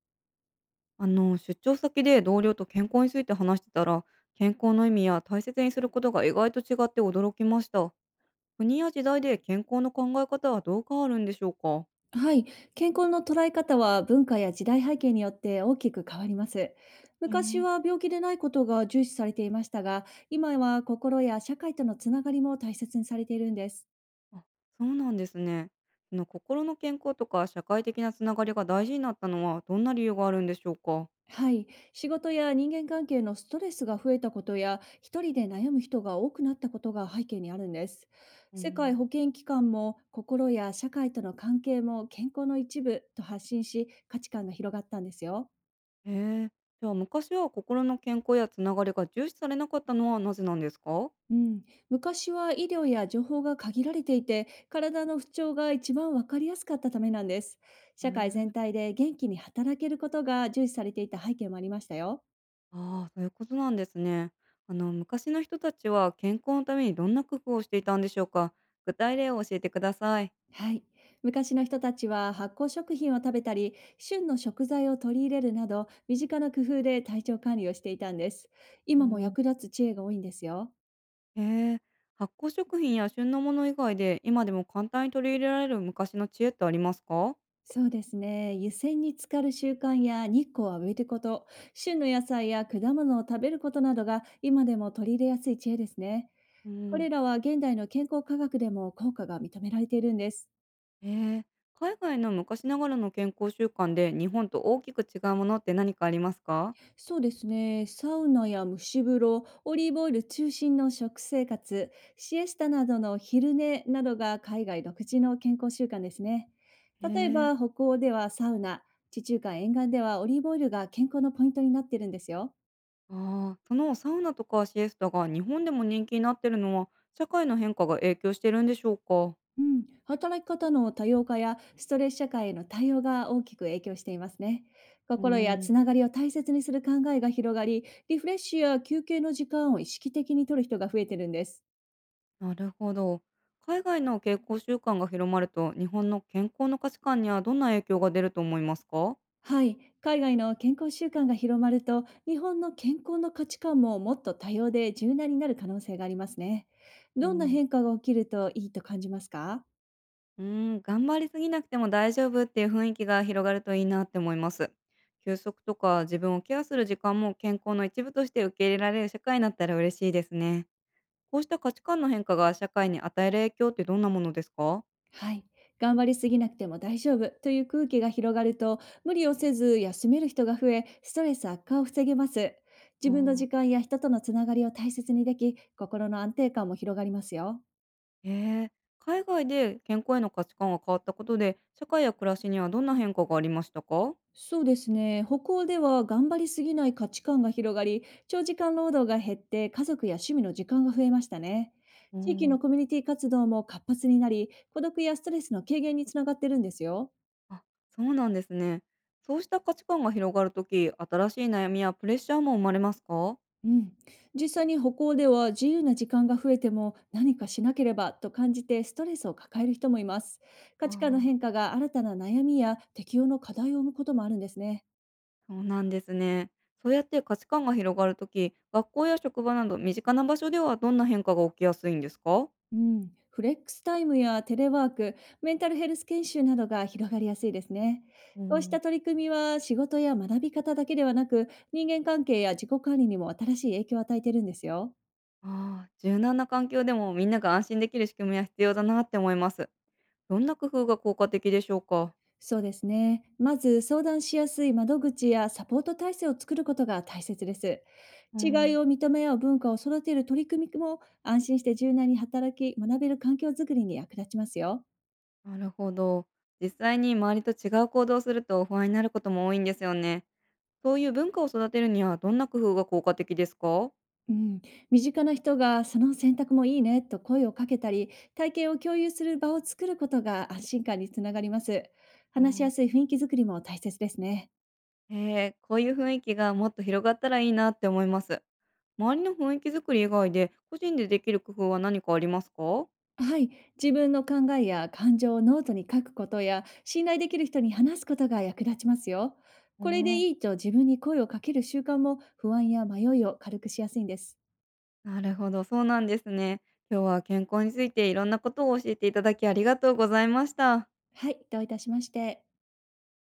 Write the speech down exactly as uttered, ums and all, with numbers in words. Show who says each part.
Speaker 1: あの出張先で同僚と健康について話してたら、健康の意味や大切にすることが意外と違って驚きました。国や時代で健康の考え方はどう変わるんでしょうか？
Speaker 2: はい、健康の捉え方は文化や時代背景によって大きく変わります。
Speaker 1: え
Speaker 2: 昔
Speaker 1: ー、
Speaker 2: は病気でないことが重視されていましたが、今は心や社会とのつながりも大切にされているんです。
Speaker 1: あ、そうなんですね。その心の健康とか社会的なつながりが大事になったのはどんな理由があるんでしょうか？
Speaker 2: はい、仕事や人間関係のストレスが増えたことや、一人で悩む人が多くなったことが背景にあるんです。
Speaker 1: う
Speaker 2: 世界
Speaker 1: ん。
Speaker 2: 保健機関も心や社会との関係も健康の一部と発信し、価値観が広がったんですよ。
Speaker 1: へえー。じゃあ、昔は心の健康やつながりが重視されなかったのはなぜなんですか？
Speaker 2: うん、昔は医療や情報が限られていて、体の不調が一番わかりやすかったためなんです。
Speaker 1: へ
Speaker 2: 社会全
Speaker 1: え。
Speaker 2: 体で元気に働けることが重視されていた背景もありましたよ。
Speaker 1: ああ、そういうことなんですね。あの昔の人たちは健康のためにどんな工夫をしていたんでしょうか。具体例を教えてください。
Speaker 2: はい。昔の人たちは発酵食品を食べたり、旬の食材を取り入れるなど、身近な工夫で体調管理をしていたんです。
Speaker 1: う
Speaker 2: 今も役
Speaker 1: ー、
Speaker 2: 立つ知恵が多いんですよ。
Speaker 1: へえ、発酵食品や旬のもの以外で今でも簡単に取り入れられる昔の知恵ってありますか？
Speaker 2: そうですね。湯煎に浸かる習慣や日光を浴びること、旬の野菜や果物を食べることなどが今でも取り入れやすい知恵ですね。
Speaker 1: う
Speaker 2: これ
Speaker 1: ん。
Speaker 2: らは現代の健康科学でも効果が認められているんです。
Speaker 1: へえ、海外の昔ながらの健康習慣で日本と大きく違うものって何かありますか？
Speaker 2: そうですね。サウナや蒸し風呂、オリーブオイル中心の食生活、シエスタなどの昼寝などが海外独自の健康習慣ですね。
Speaker 1: へ
Speaker 2: 例え
Speaker 1: え、
Speaker 2: ば北欧ではサウナ、地中海沿岸ではオリーブオイルが健康のポイントになっているんですよ。
Speaker 1: ああ、そのサウナとかシエスタが日本でも人気になってるのは社会の変化が影響してるんでしょうか？
Speaker 2: うん、働き方の多様化やストレス社会への対応が大きく影響していますね。
Speaker 1: う
Speaker 2: 心や
Speaker 1: ん。
Speaker 2: つながりを大切にする考えが広がり、リフレッシュや休憩の時間を意識的に取る人が増えてるんです。
Speaker 1: なるほど。海外の健康習慣が広まると、日本の健康の価値観にはどんな影響が出ると思いますか？
Speaker 2: はい、海外の健康習慣が広まると、日本の健康の価値観ももっと多様で柔軟になる可能性がありますね。
Speaker 1: う
Speaker 2: どんな
Speaker 1: ん、
Speaker 2: 変化が起きるといいと感じますか？
Speaker 1: うーん、頑張りすぎなくても大丈夫っていう雰囲気が広がるといいなって思います。休息とか自分をケアする時間も健康の一部として受け入れられる社会になったら嬉しいですね。こうした価値観の変化が社会に与える影響ってどんなものですか？
Speaker 2: はい。頑張りすぎなくても大丈夫という空気が広がると、無理をせず休める人が増え、ストレス悪化を防げます。自分の
Speaker 1: あ
Speaker 2: 時
Speaker 1: あ。
Speaker 2: 間や人とのつながりを大切にでき、心の安定感も広がりますよ。
Speaker 1: へえ。海外で健康への価値観が変わったことで社会や暮らしにはどんな変化がありましたか？
Speaker 2: そうですね。歩行では頑張りすぎない価値観が広がり、長時間労働が減って家族や趣味の時間が増えましたね。
Speaker 1: う
Speaker 2: 地域の
Speaker 1: ん。
Speaker 2: コミュニティ活動も活発になり、孤独やストレスの軽減につながってるんですよ。
Speaker 1: あ、そうなんですね。そうした価値観が広がるとき、新しい悩みやプレッシャーも生まれますか？
Speaker 2: うん、実際に歩行では自由な時間が増えても何かしなければと感じてストレスを抱える人もいます。
Speaker 1: あ
Speaker 2: 価値観の
Speaker 1: あ、
Speaker 2: 変化が新たな悩みや適応の課題を生むこともあるんですね。
Speaker 1: そうなんですね。そうやって価値観が広がるとき、学校や職場など身近な場所ではどんな変化が起きやすいんですか？
Speaker 2: うん、フレックスタイムやテレワーク、メンタルヘルス研修などが広がりやすいですね。
Speaker 1: う
Speaker 2: こうし
Speaker 1: ん、
Speaker 2: た取り組みは仕事や学び方だけではなく人間関係や自己管理にも新しい影響を与えてるんですよ。
Speaker 1: ああ、柔軟な環境でもみんなが安心できる仕組みは必要だなって思います。どんな工夫が効果的でしょうか？
Speaker 2: そうですね。まず相談しやすい窓口やサポート体制を作ることが大切です。
Speaker 1: う
Speaker 2: 違い
Speaker 1: ん、
Speaker 2: を認め合う文化を育てる取り組みも安心して柔軟に働き学べる環境づくりに役立ちますよ。
Speaker 1: なるほど。実際に周りと違う行動をすると不安になることも多いんですよね。そういう文化を育てるにはどんな工夫が効果的ですか？
Speaker 2: うん、身近な人がその選択もいいねと声をかけたり、体験を共有する場を作ることが安心感につながります。
Speaker 1: あ
Speaker 2: 話し
Speaker 1: あ、
Speaker 2: やすい雰囲気づくりも大切ですね。
Speaker 1: へえ、こういう雰囲気がもっと広がったらいいなって思います。周りの雰囲気作り以外で、個人でできる工夫は何かありますか？
Speaker 2: はい、自分の考えや感情をノートに書くことや信頼できる人に話すことが役立ちますよ。
Speaker 1: あ
Speaker 2: これでいい
Speaker 1: あ、
Speaker 2: と自分に声をかける習慣も不安や迷いを軽くしやすいんです。
Speaker 1: なるほど、そうなんですね。今日は健康についていろんなことを教えていただきありがとうございました。
Speaker 2: はい、どういたしまして。